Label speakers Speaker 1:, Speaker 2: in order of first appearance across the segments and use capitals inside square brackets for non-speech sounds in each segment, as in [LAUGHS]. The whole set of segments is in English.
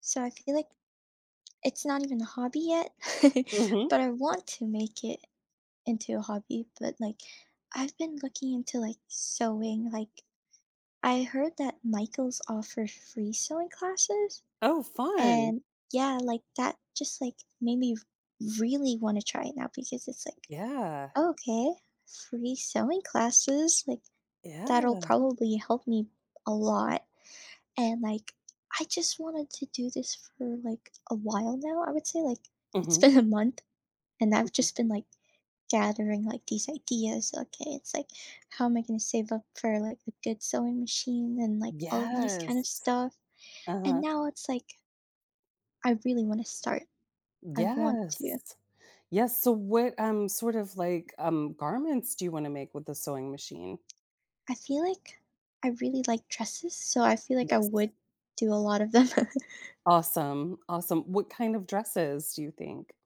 Speaker 1: So I feel like it's not even a hobby yet, [LAUGHS]
Speaker 2: Mhm.
Speaker 1: but I want to make it into a hobby. But like, I've been looking into like sewing. Like, I heard that Michaels offers free sewing classes,
Speaker 2: Oh, fun.
Speaker 1: and yeah, like that just like made me really want to try it now because it's like,
Speaker 2: Yeah.
Speaker 1: okay, free sewing classes, like that'll
Speaker 2: Yeah.
Speaker 1: probably help me a lot. And, like, I just wanted to do this for, like, a while now. I would say, like, it's
Speaker 2: Mhm,
Speaker 1: been a month, and I've
Speaker 2: mhm.
Speaker 1: just been, like, gathering, like, these ideas. Okay, it's like, how am I going to save up for, like, a good sewing machine and, like, all of these kind of
Speaker 2: Yes.
Speaker 1: stuff. And
Speaker 2: Uh-huh.
Speaker 1: now it's like, I really want to start. I want to.
Speaker 2: Yes. Yes, so what, sort of, garments do you wanna make with the sewing machine?
Speaker 1: I feel like I really like dresses, so I feel like I
Speaker 2: Yes.
Speaker 1: would do a lot of them. [LAUGHS]
Speaker 2: Awesome, awesome. What kind of dresses do you think?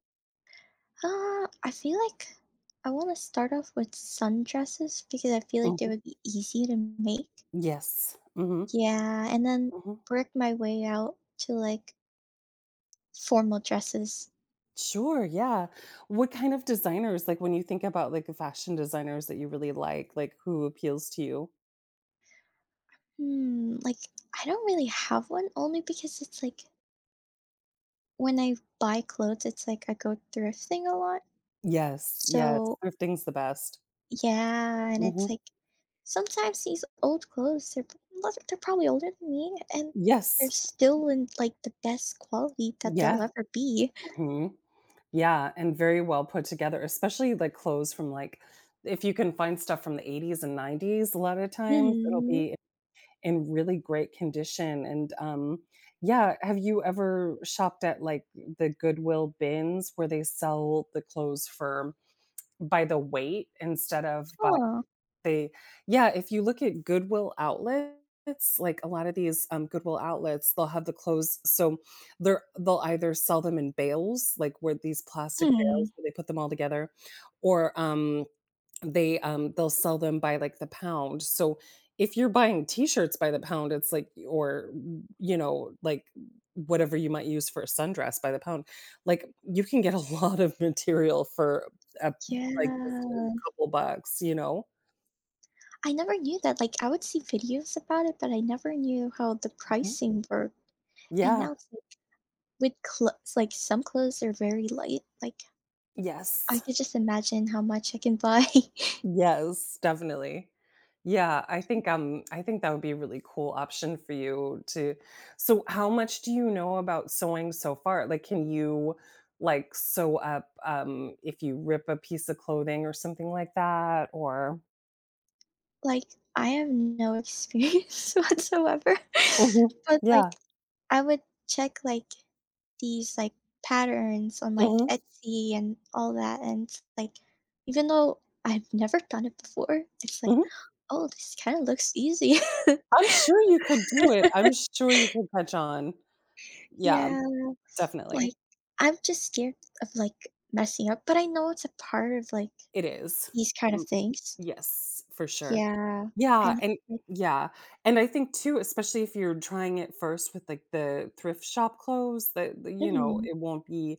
Speaker 1: I feel like I want to start off with sundresses because I feel like they
Speaker 2: Mhm.
Speaker 1: would be easy to make.
Speaker 2: Yes. Mhm,
Speaker 1: Yeah, and then
Speaker 2: mhm.
Speaker 1: work my way out to like formal dresses.
Speaker 2: Sure, yeah. What kind of designers, like, when you think about, like, fashion designers that you really like, who appeals to you?
Speaker 1: Like I don't really have one only because it's like when I buy clothes, it's like I go thrifting a lot.
Speaker 2: Yes, yes.
Speaker 1: So,
Speaker 2: Thrifting's the best.
Speaker 1: yeah, and it's
Speaker 2: Mhm.
Speaker 1: like sometimes these old clothes, they're they're probably older than me and they're
Speaker 2: Yes.
Speaker 1: still in like the best quality that they'll
Speaker 2: Yeah.
Speaker 1: ever be.
Speaker 2: Mhm. Yeah, and very well put together, especially, like, clothes from, like if you can find stuff from the '80s and '90s, a lot of times it'll
Speaker 1: Mhm.
Speaker 2: be in really great condition, and, yeah, have you ever shopped at, like, the Goodwill bins where they sell the clothes for by the weight instead of by
Speaker 1: Oh.
Speaker 2: they yeah, if you look at Goodwill outlets, like a lot of these, Goodwill outlets, they'll have the clothes so they'll either sell them in bales, like where these plastic
Speaker 1: Hmm.
Speaker 2: bales where they put them all together, or, they, they'll sell them by, like, the pound. So if you're buying T-shirts by the pound, it's like or, like, whatever you might use for a sundress by the pound, like, you can get a [LAUGHS] lot of material for, uh, like, just
Speaker 1: Yeah.
Speaker 2: a couple bucks, you know?
Speaker 1: I never knew that, like, I would see videos about it, but I never knew how the
Speaker 2: Mhm.
Speaker 1: pricing worked, and
Speaker 2: Yeah.
Speaker 1: now it's like with clothes like, some clothes are very light, like, I
Speaker 2: Yes.
Speaker 1: could just imagine how much I can buy. [LAUGHS]
Speaker 2: Yes, definitely. Yeah, I think that would be a really cool option for you to so how much do you know about sewing so far? Like, can you, like, sew up, if you rip a piece of clothing or something like that? Or
Speaker 1: Like, I have no experience [LAUGHS] whatsoever,
Speaker 2: Mhm.
Speaker 1: [LAUGHS] but,
Speaker 2: Yeah.
Speaker 1: like, I would check, like, these, like, patterns on, like,
Speaker 2: Mhm.
Speaker 1: Etsy and all that, and it's like, even though I've never done it before, it's like,
Speaker 2: Mhm.
Speaker 1: "Oh, this kinda looks easy." [LAUGHS]
Speaker 2: I'm sure you could do it. I'm sure you could catch on. Yeah,
Speaker 1: Yeah, like,
Speaker 2: definitely.
Speaker 1: I'm just scared of, like, messing up, but I know it's a part of, like,
Speaker 2: It is.
Speaker 1: these kind of
Speaker 2: Mm.
Speaker 1: things.
Speaker 2: Yes, for sure.
Speaker 1: Yeah,
Speaker 2: Yeah,
Speaker 1: and it's
Speaker 2: and
Speaker 1: like
Speaker 2: yeah, and I think too, especially if you're trying it first with like the thrift shop clothes that, the you know,
Speaker 1: mhm,
Speaker 2: it won't be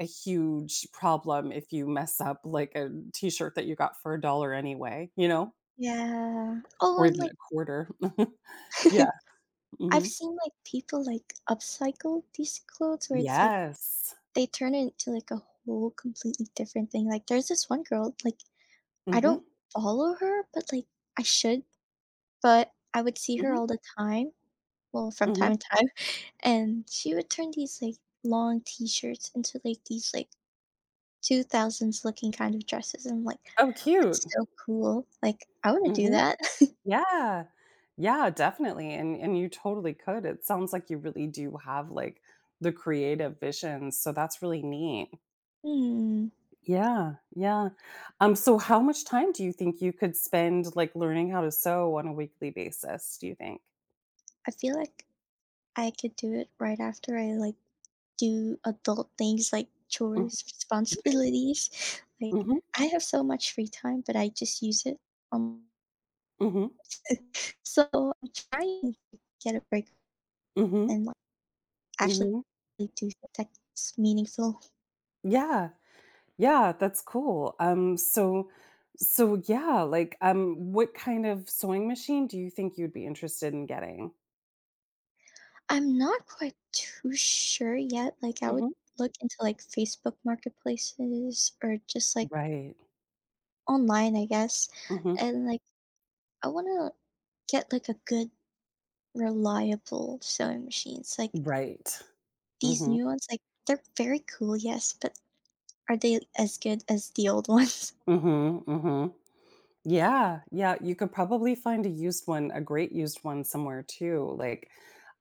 Speaker 2: a huge problem if you mess up like a t-shirt that you got for a dollar anyway, you know,
Speaker 1: yeah. Oh,
Speaker 2: or
Speaker 1: and,
Speaker 2: even
Speaker 1: like
Speaker 2: a quarter. [LAUGHS] Yeah,
Speaker 1: [LAUGHS] I've
Speaker 2: mhm.
Speaker 1: seen, like, people, like, upcycle these clothes where it's, like,
Speaker 2: Yes.
Speaker 1: they turn it into, like, a whole completely different thing, like, there's this one girl, like, I
Speaker 2: Mhm,
Speaker 1: don't follow her, but, like, I should, but I would see her
Speaker 2: mhm,
Speaker 1: all the time, well, from
Speaker 2: mhm.
Speaker 1: time to time, and she would turn these, like, long t-shirts into, like, these, like, 2000s looking kind of dresses, and I'm like,
Speaker 2: Oh, cute.
Speaker 1: "That's so cool," like, "I wanna do
Speaker 2: Mhm.
Speaker 1: that." [LAUGHS]
Speaker 2: Yeah. Yeah, definitely, and you totally could, it sounds like you really do have, like, the creative visions, so that's really neat.
Speaker 1: Hmm,
Speaker 2: Yeah, yeah. So how much time do you think you could spend, like, learning how to sew on a weekly basis, do you think?
Speaker 1: I feel like I could do it right after I, like, do adult things like
Speaker 2: Mhm,
Speaker 1: chores, responsibilities. Like,
Speaker 2: mhm,
Speaker 1: I have so much free time, but I just use it on
Speaker 2: mhm,
Speaker 1: [LAUGHS] so I'm trying to get a break
Speaker 2: mhm,
Speaker 1: and like actually
Speaker 2: mhm.
Speaker 1: do that's meaningful.
Speaker 2: Yeah, yeah, that's cool. So yeah, like, what kind of sewing machine do you think you'd be interested in getting?
Speaker 1: I'm not quite too sure yet. Like I would
Speaker 2: Mhm.
Speaker 1: look into like Facebook marketplaces or just like
Speaker 2: Right.
Speaker 1: online, I guess.
Speaker 2: Mhm.
Speaker 1: And like I wanna get like a good reliable sewing machine. It's like
Speaker 2: Right.
Speaker 1: these
Speaker 2: Mhm.
Speaker 1: new ones, like, they're very cool, yes, but are they as good as the old ones? [LAUGHS]
Speaker 2: Mhm. Mhm. Yeah, yeah, you could probably find a used one, a great used one somewhere too,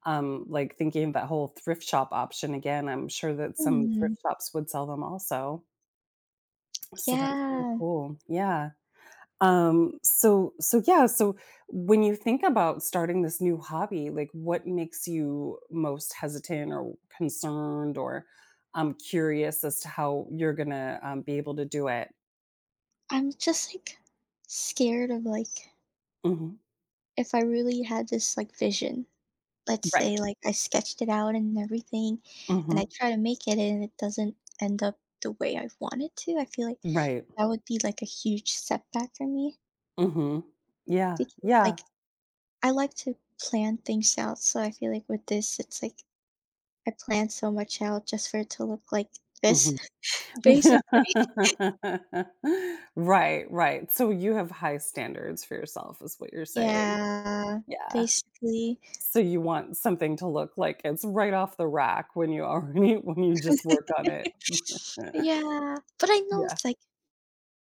Speaker 2: like thinking of that whole thrift shop option again, I'm sure that some
Speaker 1: Hmm.
Speaker 2: thrift shops would sell them also. So that's really
Speaker 1: Yeah.
Speaker 2: cool. Yeah. So yeah, so when you think about starting this new hobby, like what makes you most hesitant or concerned or, curious as to how you're gonna, be able to do it?
Speaker 1: I'm just, like, scared of, like,
Speaker 2: Mhm.
Speaker 1: if I really had this, like, vision, let's
Speaker 2: Right.
Speaker 1: say, like, I sketched it out and everything, and
Speaker 2: Mhm.
Speaker 1: I try to make it and it doesn't end up the way I want it to, I feel like
Speaker 2: Right.
Speaker 1: that would be, like, a huge setback for me
Speaker 2: Mhm. Yeah,
Speaker 1: because,
Speaker 2: yeah.
Speaker 1: like, I like to plan things out, so I feel like with this, it's like I planned so much out just for it to look like this.
Speaker 2: Mhm.
Speaker 1: Basically
Speaker 2: [LAUGHS] Right, right. So you have high standards for yourself is what you're saying.
Speaker 1: yeah,
Speaker 2: Yeah.
Speaker 1: basically.
Speaker 2: So you want something to look like it's right off the rack when you already [LAUGHS] when you just work on it. [LAUGHS]
Speaker 1: Yeah, but I know
Speaker 2: Yeah.
Speaker 1: it's like,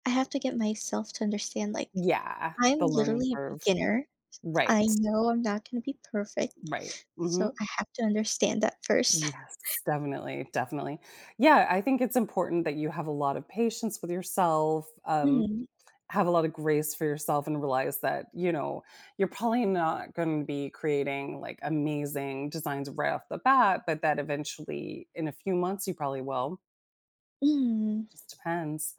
Speaker 1: I have to get myself to understand, like,
Speaker 2: Yeah,
Speaker 1: I'm
Speaker 2: the learning
Speaker 1: literally a
Speaker 2: curve.
Speaker 1: beginner.
Speaker 2: Right,
Speaker 1: I know I'm not gonna be perfect,
Speaker 2: right. Mhm.
Speaker 1: so I have to understand that first. [LAUGHS]
Speaker 2: Yes, definitely, definitely. Yeah, I think it's important that you have a lot of patience with yourself,
Speaker 1: Mm,
Speaker 2: have a lot of grace for yourself and realize that, you know, you're probably not going to be creating like amazing designs right off the bat, but that eventually in a few months you probably will.
Speaker 1: mm,
Speaker 2: Just depends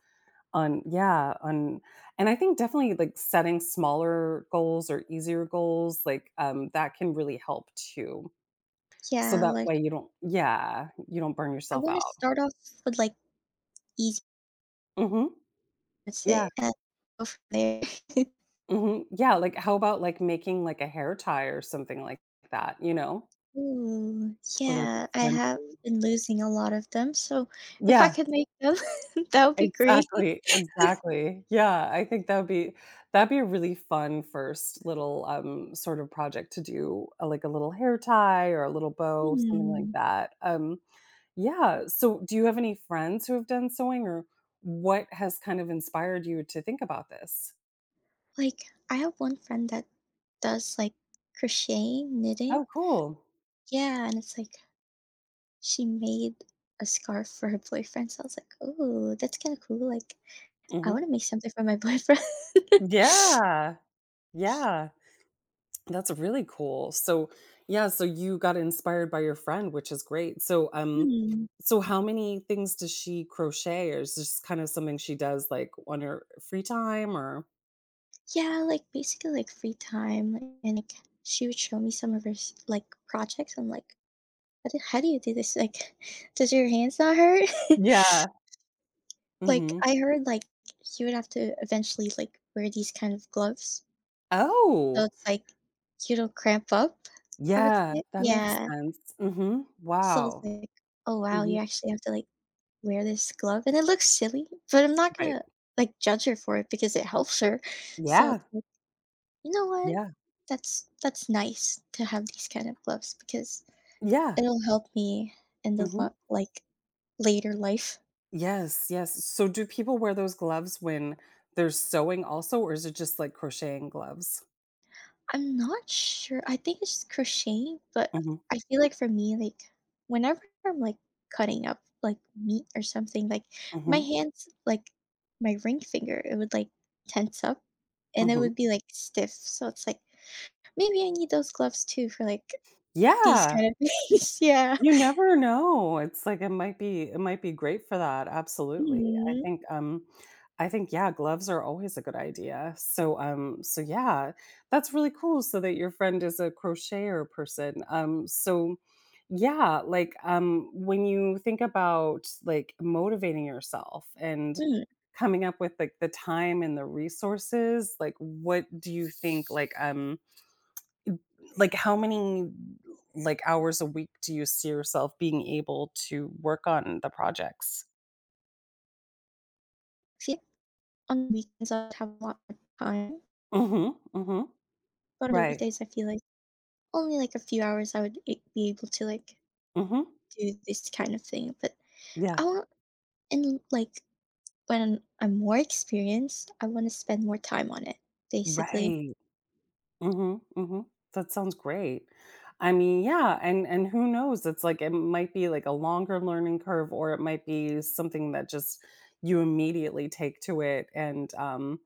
Speaker 2: on yeah, on and I think definitely like setting smaller goals or easier goals, like that can really help too. So
Speaker 1: yeah,
Speaker 2: that way
Speaker 1: like,
Speaker 2: you don't yeah, you don't burn
Speaker 1: I
Speaker 2: yourself
Speaker 1: wanna
Speaker 2: out.
Speaker 1: start off with, like, easy
Speaker 2: Mhm.
Speaker 1: I would
Speaker 2: Yeah.
Speaker 1: say and go from there. [LAUGHS]
Speaker 2: Mhm. Yeah, like how about like making like a hair tie or something like that, you know?
Speaker 1: Ooh,
Speaker 2: Or like a
Speaker 1: yeah, I have
Speaker 2: scrunchie.
Speaker 1: been losing a lot of them, so if I
Speaker 2: Yeah,
Speaker 1: could make them, [LAUGHS] that would be great. [LAUGHS]
Speaker 2: exactly, exactly. Yeah, I think that would be that'd be a really fun first little, sort of project to do, like a little hair tie or a little bow, something like
Speaker 1: Hmm.
Speaker 2: that. Yeah, so do you have any friends who have done sewing or what has kind of inspired you to think about this?
Speaker 1: Like, I have one friend that does like crocheting, knitting.
Speaker 2: Oh, cool.
Speaker 1: Yeah, and it's like she made a scarf for her boyfriend. So I was like, oh, that's kind of cool. Like, I
Speaker 2: Mhm.
Speaker 1: want to make something for my boyfriend. [LAUGHS]
Speaker 2: Yeah, yeah. That's really cool. So, yeah, so you got inspired by your friend, which is great. So,
Speaker 1: Hmm.
Speaker 2: so how many things does she crochet, or is this kind of something she does like on her free time, or?
Speaker 1: Yeah, like basically like free time, like, and like she would show me some of her like projects. I'm like, how do you do this? Like, [LAUGHS] does your hands not hurt? [LAUGHS]
Speaker 2: Yeah.
Speaker 1: Like,
Speaker 2: hmm
Speaker 1: I heard like you would have to eventually like wear these kind of gloves. So
Speaker 2: Oh,
Speaker 1: it's like, you don't cramp up, I would
Speaker 2: yeah,
Speaker 1: say.
Speaker 2: that makes
Speaker 1: Yeah.
Speaker 2: sense.
Speaker 1: So I was
Speaker 2: Wow.
Speaker 1: like, "Oh, wow,
Speaker 2: hmm
Speaker 1: you actually have to, like, wear this glove," and it looks silly, but I'm not
Speaker 2: Right.
Speaker 1: gonna, like, judge her for it because it helps her. So
Speaker 2: Yeah.
Speaker 1: it's like, you know what?
Speaker 2: Yeah.
Speaker 1: That's nice to have these kind of gloves because
Speaker 2: Yeah.
Speaker 1: it'll help me in the
Speaker 2: hmm
Speaker 1: lo like, later life.
Speaker 2: Yes. Yes. So, do people wear those gloves when they're sewing also, or is it just like crocheting gloves?
Speaker 1: I'm not sure. I think it's crocheting, but
Speaker 2: hmm
Speaker 1: I feel like for me, like whenever I'm like cutting up like meat or something, like my
Speaker 2: hmm
Speaker 1: hands, like my ring finger, it would like tense up and it
Speaker 2: hmm
Speaker 1: would be like stiff. So it's like maybe I need those gloves too for like these
Speaker 2: Yeah.
Speaker 1: kind of [LAUGHS] things. Yeah.
Speaker 2: You never know. It's like it might be great for that, absolutely. I
Speaker 1: Mm-hmm.
Speaker 2: think, um I think, yeah, gloves are always a good idea. So, so yeah, that's really cool. So that your friend is a crocheter person. So yeah, like when you think about like motivating yourself and coming up with like the time and the resources, like what do you think like how many like hours a week do you see yourself being able to work on the projects?
Speaker 1: See, on the weekends I'd have a lot of time,
Speaker 2: Mhm, mhm.
Speaker 1: but on the
Speaker 2: Right.
Speaker 1: weekdays I feel like only like a few hours I would be able to like
Speaker 2: Mhm.
Speaker 1: do this kind of thing. But
Speaker 2: Yeah.
Speaker 1: I want and, like, when I'm more experienced, I wanna spend more time on it, basically.
Speaker 2: Right. Mhm, mhm. That sounds great. I mean, yeah, and who knows? It's like it might be like a longer learning curve or it might be something that just you immediately take to it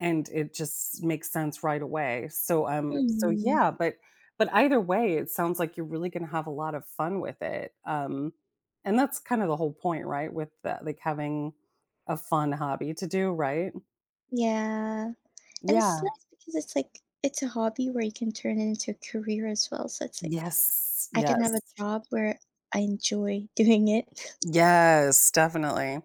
Speaker 2: and it just makes sense right away. So, so
Speaker 1: Mhm.
Speaker 2: yeah, but either way, it sounds like you're really gonna have a lot of fun with it. And that's kind of the whole point, right? With the, like having a fun hobby to do, right?
Speaker 1: Yeah, and it's
Speaker 2: Yeah.
Speaker 1: nice because it's, like it's a hobby where you can turn it into a career as well, so it's, like,
Speaker 2: Yes.
Speaker 1: I can have a
Speaker 2: Yes.
Speaker 1: job where I enjoy doing it.
Speaker 2: Yes, definitely.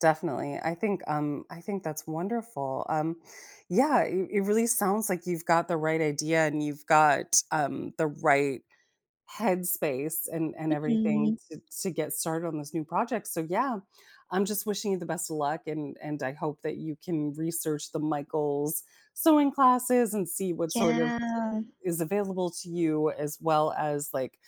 Speaker 2: Definitely. I think that's wonderful. Yeah, it really sounds like you've got the right idea and you've got the right headspace and
Speaker 1: [LAUGHS]
Speaker 2: everything
Speaker 1: Mhm.
Speaker 2: to get started on this new project. So yeah, I'm just wishing you the best of luck and I hope that you can research the Michaels sewing classes and see what sort of
Speaker 1: Yeah.
Speaker 2: is available to you as well as like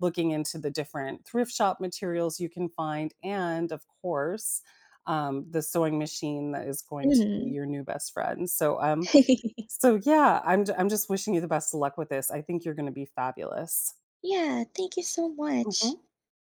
Speaker 2: looking into the different thrift shop materials you can find and of course the sewing machine that is going to be
Speaker 1: Mhm.
Speaker 2: your new best friend. So
Speaker 1: [LAUGHS]
Speaker 2: so yeah, I'm just wishing you the best of luck with this. I think you're going to be fabulous.
Speaker 1: Yeah, thank you so
Speaker 2: Mhm.
Speaker 1: much.